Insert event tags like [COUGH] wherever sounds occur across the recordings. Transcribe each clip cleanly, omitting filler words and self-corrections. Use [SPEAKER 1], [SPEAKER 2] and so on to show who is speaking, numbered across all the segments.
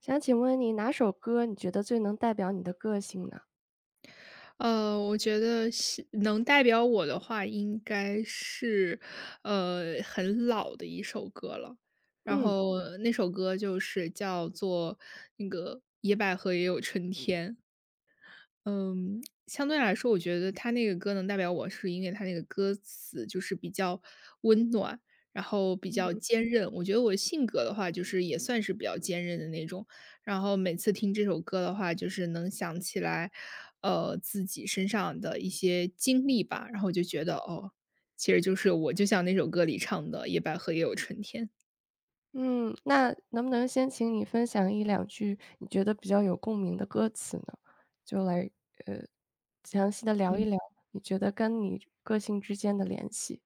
[SPEAKER 1] 想请问你哪首歌你觉得最能代表你的个性呢？
[SPEAKER 2] 我觉得是能代表我的话，应该是，很老的一首歌了。然
[SPEAKER 1] 嗯，
[SPEAKER 2] 后那首歌就是叫做那个《野百合也有春天》。嗯，相对来说，我觉得他那个歌能代表我，是因为他那个歌词就是比较温暖，然后比较
[SPEAKER 1] 嗯。
[SPEAKER 2] 坚韧。我觉得我性格的话，就是也算是比较坚韧的那种。然后每次听这首歌的话，就是能想起来，自己身上的一些经历吧。然后我就觉得，哦，其实就是我就像那首歌里唱的"野百合也有春天"。
[SPEAKER 1] 嗯，那能不能先请你分享一两句你觉得比较有共鸣的歌词呢？就来，呃，详细的聊一
[SPEAKER 2] 嗯。
[SPEAKER 1] 聊，你觉得跟你个性之间的联系。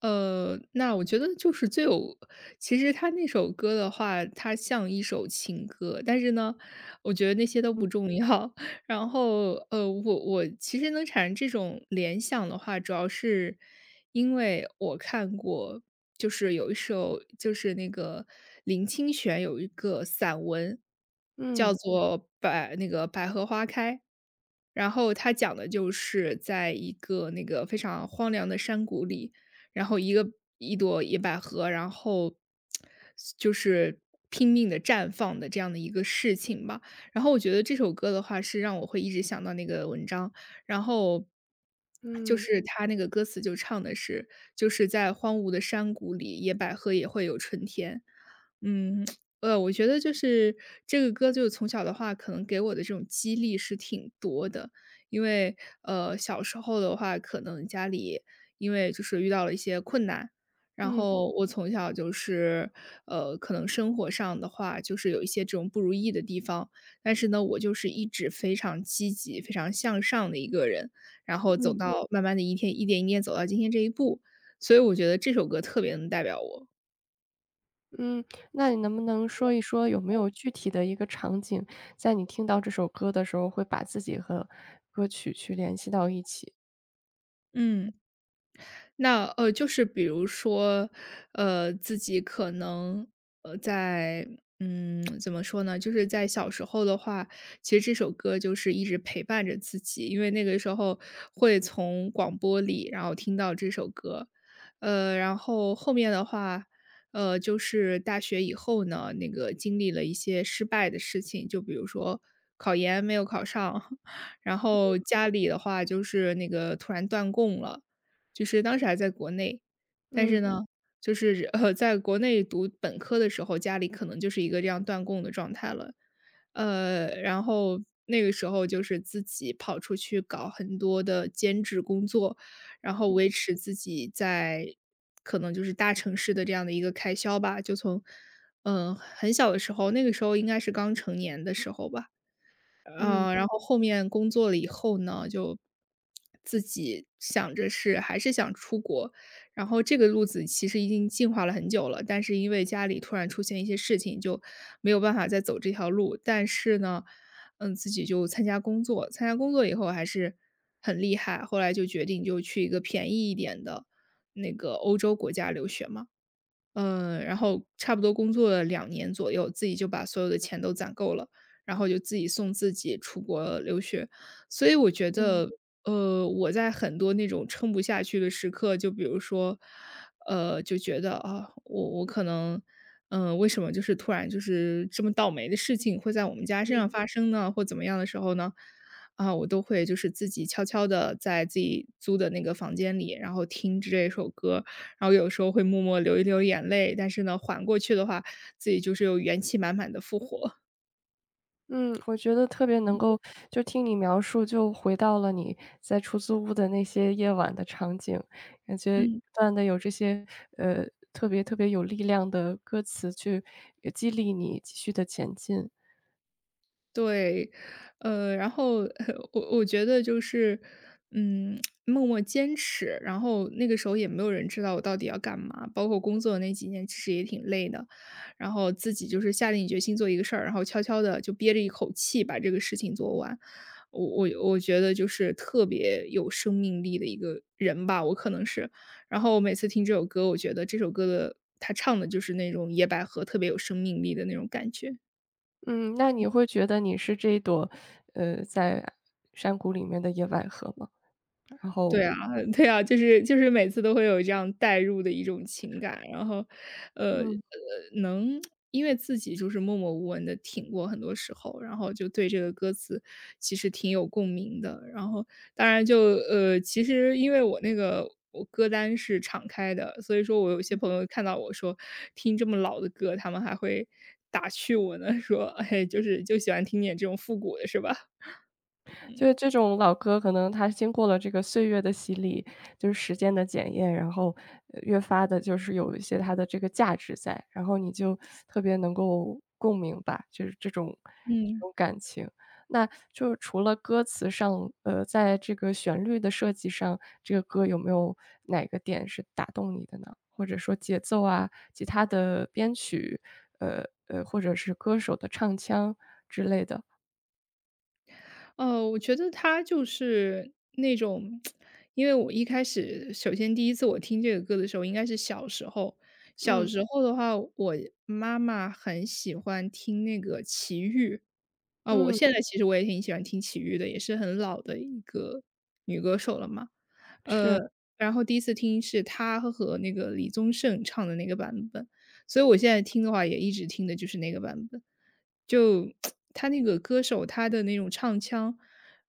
[SPEAKER 2] 那我觉得就是其实他那首歌的话，它像一首情歌，但是呢，我觉得那些都
[SPEAKER 1] 嗯。
[SPEAKER 2] 不重要。[LAUGHS] 然后，我其实能产生这种联想的话，主要是因为我看过，就是有一首就是那个林清玄有一个散文，叫
[SPEAKER 1] 嗯，
[SPEAKER 2] 做《百》那个《百合花开》。然后他讲的就是在一个非常荒凉的山谷里，然后一朵野百合，然后就是拼命的绽放的这样的一个事情吧。然后我觉得这首歌的话是让我会一直想到那个文章，然后就
[SPEAKER 1] 嗯，
[SPEAKER 2] 是他那个歌词就唱的是，就是在荒芜的山谷里，野百合也会有春天。嗯，我觉得就是这个歌就是从小的话，可能给我的这种激励是挺多的。因为，小时候的话，可能家里因为就是遇到了一些困难，然
[SPEAKER 1] 嗯，
[SPEAKER 2] 后我从小就是，可能生活上的话，就是有一些这种不如意的地方，但是呢，我就是一直非常积极、非常向上的一个人，然后走
[SPEAKER 1] 嗯，
[SPEAKER 2] 到慢慢的一天一点一点走到今天这一步，所以我觉得这首歌特别能代表我。
[SPEAKER 1] 嗯，那你能不能说一说有没有具体的一个场景，在你听到这首歌的时候，会把自己和歌曲去联系到一起？
[SPEAKER 2] 嗯。那就是比如说，自己可能呃，在怎么说呢？就是在小时候的话，其实这首歌就是一直陪伴着自己，因为那个时候会从广播里，然后听到这首歌，然后后面的话，就是大学以后呢，那个经历了一些失败的事情，就比如说考研没有考上，[LAUGHS] 然后家里的话就是那个突然断供了。就是当时还在国内，但
[SPEAKER 1] 嗯，
[SPEAKER 2] 是呢，就是在国内读本科的时候，家里可能就是一个这样断供的状态了。然后那个时候就是自己跑出去搞很多的兼职工作，然后维持自己在可能就是大城市的这样的一个开销吧，就从很小的时候，那个时候应该是刚成年的时候吧。
[SPEAKER 1] 嗯，
[SPEAKER 2] 然后后面工作了以后呢，就自己想着是还是想出国，然后这个路子其实已经进化了很久了，但是因为家里突然出现一些事情，就没有办法再走这条路。但是呢，自己就参加工作以后还是很厉害，后来就决定就去一个便宜一点的那个欧洲国家留学嘛。嗯，然后差不多工作了2年左右，自己就把所有的钱都攒够了，然后就自己送自己出国留学。所以我觉
[SPEAKER 1] 嗯，
[SPEAKER 2] 得，我在很多那种撑不下去的时刻，就比如说，就觉得啊，我可能，为什么就是突然就是这么倒霉的事情会在我们家身上
[SPEAKER 1] 嗯。
[SPEAKER 2] 发生呢？或怎么样的时候呢，啊，我都会就是自己悄悄的在自己租的那个房间里，然后听着这首歌，然后有时候会默默流一流眼泪，但是呢，缓过去的话，自己就是又元气满满的复活。
[SPEAKER 1] 嗯，我觉得特别能够就听你描述，就回到了你在出租屋的那些夜晚的场景，感觉
[SPEAKER 2] 嗯。
[SPEAKER 1] 不断的有这些，呃，特别特别有力量的歌词去激励你继续的前进。
[SPEAKER 2] 对，然后 [LAUGHS] 我觉得就是，嗯，默默坚持，然后那个时候也没有人知道我到底要干嘛，包括工作那几年其实也挺累的，然后自己就是下定决心做一个事儿，然后悄悄的就憋着一口气把这个事情做完。我觉得就是特别有生命力的一个人吧，我可能是。然后我每次听这首歌，我觉得这首歌的他唱的就是那种野百合特别有生命力的那种感觉。
[SPEAKER 1] 嗯，那你会觉得你是这一朵，在山谷里面的野百合吗？然
[SPEAKER 2] 对
[SPEAKER 1] 后
[SPEAKER 2] 啊，[LAUGHS] 对啊，就是每次都会有这样代入的一种情感，然后，呃，
[SPEAKER 1] 嗯。
[SPEAKER 2] 呃，能因为自己就是默默无闻的挺过很多时候，然后就对这个歌词其实挺有共鸣的。然后当然其实因为我那个我歌单是敞开的，所以说我有些朋友看到我说听这么老的歌，他们还会打趣我呢，说："哎，就喜欢听点这种复古的是吧？"
[SPEAKER 1] 就是
[SPEAKER 2] 嗯，
[SPEAKER 1] 这种老歌，可能它经过了这个岁月的洗礼，就是时间的检验，然后越发的就是有一些它的这个价值在，然后你就特别能够共鸣吧，就是这种这
[SPEAKER 2] 嗯。
[SPEAKER 1] 种感情。那就是除了歌词上，在这个旋律的设计上，这个歌有没有哪个点是打动你的呢？或者说节奏啊，其他的编曲，呃或者是歌手的唱腔之类的？
[SPEAKER 2] 我觉得他就是那种，因为我一开始首先第一次我听这个歌的时候应该是小时候，小
[SPEAKER 1] 嗯
[SPEAKER 2] 时候的话，我妈妈很喜欢听那个齐豫，啊，我
[SPEAKER 1] 嗯，
[SPEAKER 2] 现在其实我也挺喜欢听齐豫的，也是很老的一个女歌手了嘛。呃，
[SPEAKER 1] 是。
[SPEAKER 2] 然后第一次听是她和那个李宗盛唱的那个版本，所以我现在听的话也一直听的就是那个版本。就 [TSK] 他那个歌手，他的那种唱腔，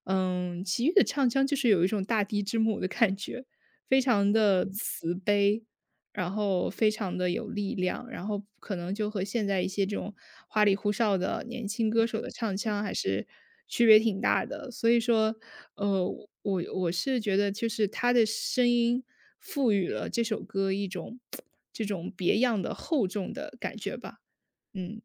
[SPEAKER 2] 齐豫的唱腔就是有一种大地之母的感觉，非常的慈悲，然后非常的有力量，然后可能就和现在一些这种花里胡哨的年轻歌手的唱腔还是区别挺大的。所以说，呃，我是觉得就是他的声音赋予了这首歌一种这种别样的厚重的感觉吧。嗯，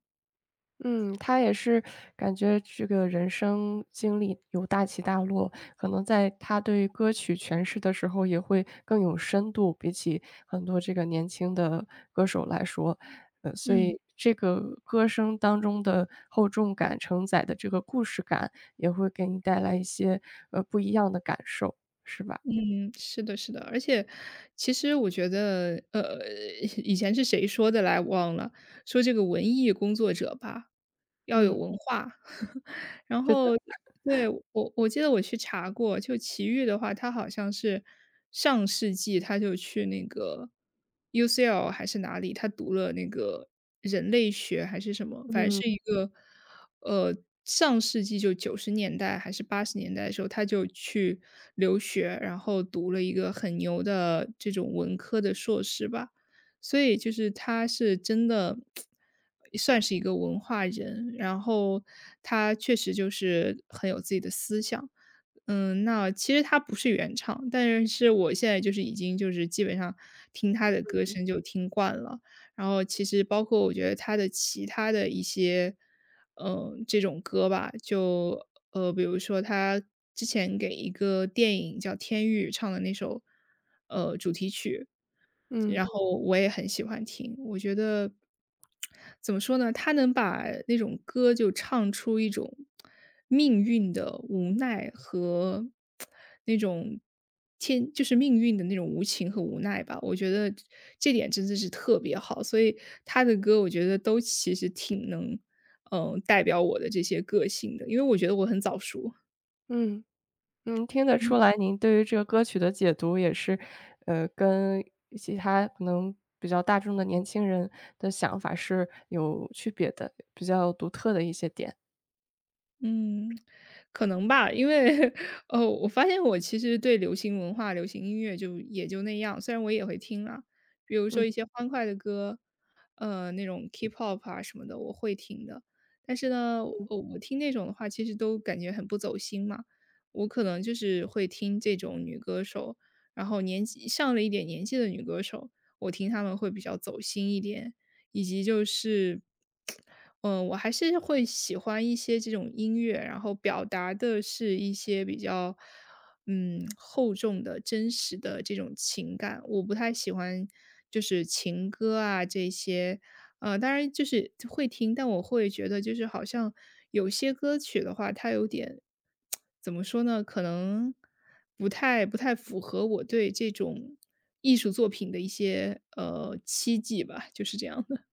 [SPEAKER 1] 嗯，他也是感觉这个人生经历有大起大落，可能在他对歌曲诠释的时候也会更有深度，比起很多这个年轻的歌手来说，所
[SPEAKER 2] 嗯，
[SPEAKER 1] 以这个歌声当中的厚重感、承载的这个故事感，也会给你带来一些不一样的感受，是吧？
[SPEAKER 2] 嗯，是的，是的。而且其实我觉得，[LAUGHS] 以前是谁说的来忘了，说这个文艺工作者吧，要有
[SPEAKER 1] 嗯，
[SPEAKER 2] 文化。[LAUGHS] 然
[SPEAKER 1] 是
[SPEAKER 2] 后
[SPEAKER 1] 的，
[SPEAKER 2] 对，我记得我去查过，就奇遇的话，他好像是上世纪他就去那个 UCL 还是哪里，他读了那个人类学还是什么，反正
[SPEAKER 1] 嗯
[SPEAKER 2] 是一个呃，上世纪就90年代还是80年代的时候，他就去留学，然后读了一个很牛的这种文科的硕士吧。所以就是他是真的 [TSK] 算是一个文化人，然后他确实就是很有自己的思想。嗯，那其实他不是原唱，但是我现在就是已经就是基本上听他的歌声就听惯了，然后其实包括我觉得他的其他的一些，这种歌吧，比如说他之前给一个电影叫《天域》唱的那首，主题曲，
[SPEAKER 1] 嗯
[SPEAKER 2] 然后我也很喜欢听。我觉得怎么说呢，他能把那种歌就唱出一种命运的无奈和那种天就是命运的那种无情和无奈吧，我觉得这点真的是特别好。所以他的歌我觉得都其实挺能代表我的这些个性的，因为我觉得我很早熟。
[SPEAKER 1] 嗯。嗯，听得出来您对于这个歌曲的解读也是，跟其他可能比较大众的年轻人的想法是有区别的，比较独特的一些点。
[SPEAKER 2] 嗯，可能吧，因为 [LAUGHS]，我发现我其实对流行文化、流行音乐就也就那样，虽然我也会听啦，比如说
[SPEAKER 1] 嗯。
[SPEAKER 2] 一些欢快的歌，那种 K-pop 啊什么的，我会听的。但是呢，我听那种的话，其实都感觉很不走心嘛。我可能就是会听这种女歌手，然后年纪上了一点年纪的女歌手，我听她们会比较走心一点。以及就是，嗯，我还是会喜欢一些这种音乐，然后表达的是一些比较，厚重的、真实的这种情感。我不太喜欢就是情歌啊这些，当然就是会听，但我会觉得就是好像有些歌曲的话，它有点怎么说呢？可能不太符合我对这种艺术作品的一些期冀吧，就是这样的。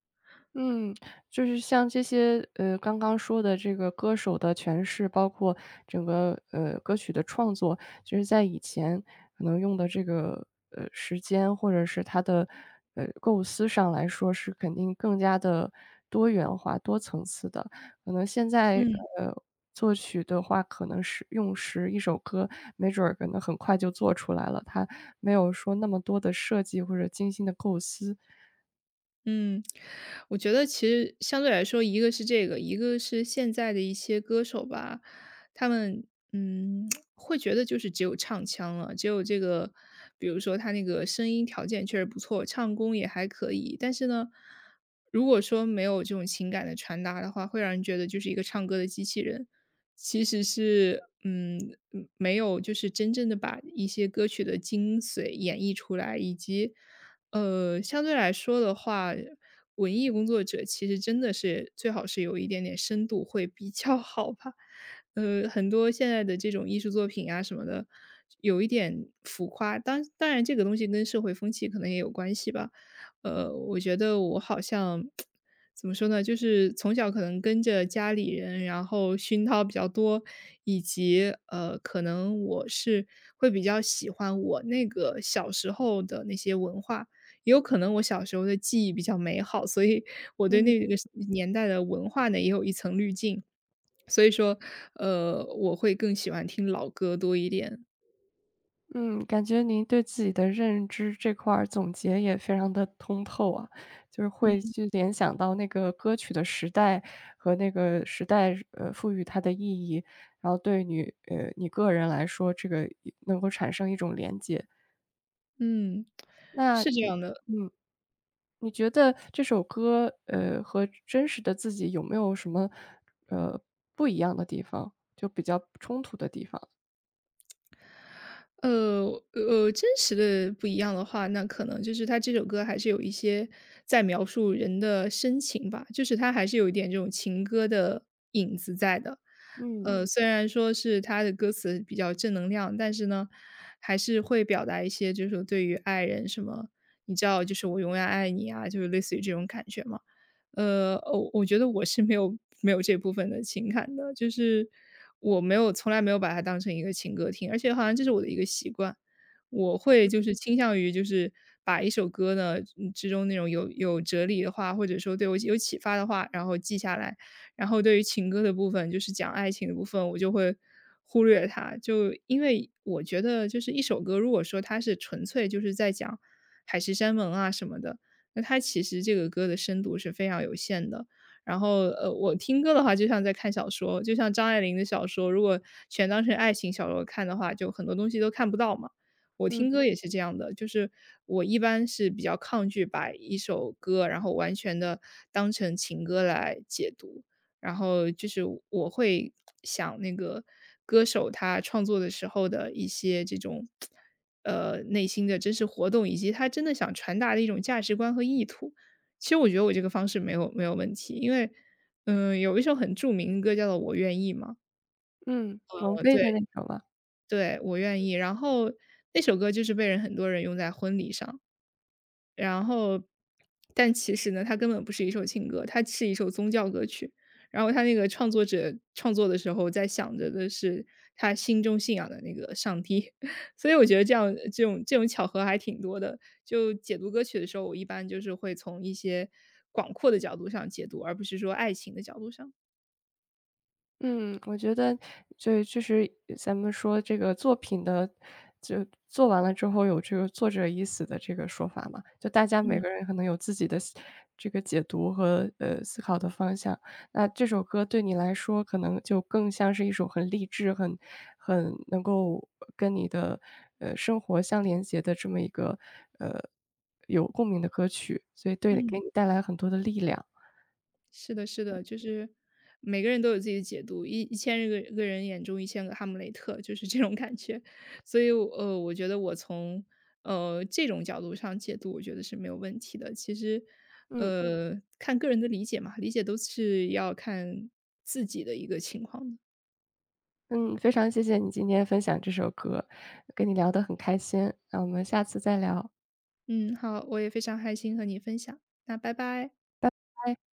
[SPEAKER 1] 嗯，就是像这些，刚刚说的这个歌手的诠释，包括整个，歌曲的创作，就是在以前可能用的这个，时间或者是它的，构思上来说是肯定更加的多元化、多层次的。可能现在，
[SPEAKER 2] 嗯，
[SPEAKER 1] 呃，作曲的话，可能是用时一首歌，没准儿可能很快就做出来了，它没有说那么多的设计或者精心的构思。
[SPEAKER 2] 嗯，我觉得其实相对来说，一个是这个，一个是现在的一些歌手吧，他们嗯 [TSK] 会觉得就是只有唱腔了，只有这个，比如说他那个声音条件确实不错，唱功也还可以，但是呢，如果说没有这种情感的传达的话，会让人觉得就是一个唱歌的机器人，其实是没有就是真正的把一些歌曲的精髓演绎出来，以及。相对来说的话，文艺工作者其实真的是最好是有一点点深度会比较 [LAUGHS] 好吧。很多现在的这种艺术作品啊什么的，有一点浮夸。当然，这个东西跟社会风气可能也有关系吧。我觉得我好像 [TSK] 怎么说呢，就是从小可能跟着家里人，然后熏陶比较多，以及可能我是会比较喜欢我那个小时候的那些文化。也有可能我小时候的记忆比较美好，所以我对
[SPEAKER 1] 嗯
[SPEAKER 2] 那个时年代的文化呢，也有一层滤镜。所以说，我会更喜欢听老歌多一点。
[SPEAKER 1] 嗯，感觉您对自己的认知这块儿总结也非常的通透啊，就是会去联想到那个歌曲的时代和那个时代，赋予它的意义，然后对你你个人来说，这个也能够产生一种连接。
[SPEAKER 2] 嗯，
[SPEAKER 1] 那
[SPEAKER 2] 是这
[SPEAKER 1] 你
[SPEAKER 2] 样的。
[SPEAKER 1] 嗯，你觉得这首歌，和真实的自己有没有什么，呃，不一样的地方，就比较冲突的地方？
[SPEAKER 2] 呃真实的不一样的话，那可能就是他这首歌还是有一些在描述人的深情吧，就是他还是有一点这种情歌的影子在的。
[SPEAKER 1] 嗯，
[SPEAKER 2] 虽然说是他的歌词比较正能量，但是呢，还是会表达一些就是说对于爱人什么，你知道就是我永远爱你啊，就是类似于这种感觉嘛。我觉得我是没有这部分的情感的，就是我没有从来没有把它当成一个情歌听，而且好像这是我的一个习惯。我会就是倾向于就是把一首歌呢，嗯之中那种有哲理的话，或者说对我有启发的话，然后记下来。然后对于情歌的部分，就是讲爱情的部分，我就会忽略它。就因为我觉得，就是一首歌，如果说它是纯粹就是在讲海誓山盟啊什么的，那它其实这个歌的深度是非常有限的。然后，我听歌的话就像在看小说，就像张爱玲的小说，如果全当成爱情小说看的话，就很多东西都看不到嘛。我
[SPEAKER 1] 嗯，
[SPEAKER 2] 听歌也是这样的，就是我一般是比较抗拒把一首歌，然后完全的当成情歌来解读。然后就是我会想那个歌手他创作的时候的一些这种内心的真实活动，以及他真的想传达的一种价值观和意图。其实我觉得我这个方式没有问题，因为，有一首很著名的歌叫做《我愿意》嘛，
[SPEAKER 1] 嗯，王
[SPEAKER 2] 我
[SPEAKER 1] 菲的
[SPEAKER 2] 对
[SPEAKER 1] 那首吧。
[SPEAKER 2] 对，我愿意，然后那首歌就是被人很多人用在婚礼上。然后但其实呢，它根本不是一首情歌，它是一首宗教歌曲。然后他那个创作者创作的时候在想着的是他心中信仰的那个上帝，[LAUGHS] 所以我觉得这样这种巧合还挺多的。就解读歌曲的时候，我一般就是会从一些广阔的角度上解读，而不是说爱情的角度上。
[SPEAKER 1] 嗯，我觉得就是咱们说这个作品的，就做完了之后有这个作者已死的这个说法嘛，就大家每
[SPEAKER 2] 嗯
[SPEAKER 1] 个人可能有自己的这个解读和思考的方向。那这首歌对你来说，可能就更像是一首很励志、很能够跟你的生活相连接的这么一个呃有共鸣的歌曲，所以对给
[SPEAKER 2] 嗯。
[SPEAKER 1] 你带来很多的力量。
[SPEAKER 2] 是的，是的，就是每个人都有自己的解读，一千个人眼中一千个哈姆雷特，就是这种感觉。所以我，我觉得我从这种角度上解读，我觉得是没有问题的。其实，
[SPEAKER 1] 嗯，
[SPEAKER 2] 看个人的理解嘛，理解都是要看自己的一个情况的。
[SPEAKER 1] 嗯，非常谢谢你今天分享这首歌，跟你聊得很开心，那我们下次再聊，
[SPEAKER 2] 嗯，好，我也非常开心和你分享，那拜拜。
[SPEAKER 1] 拜拜。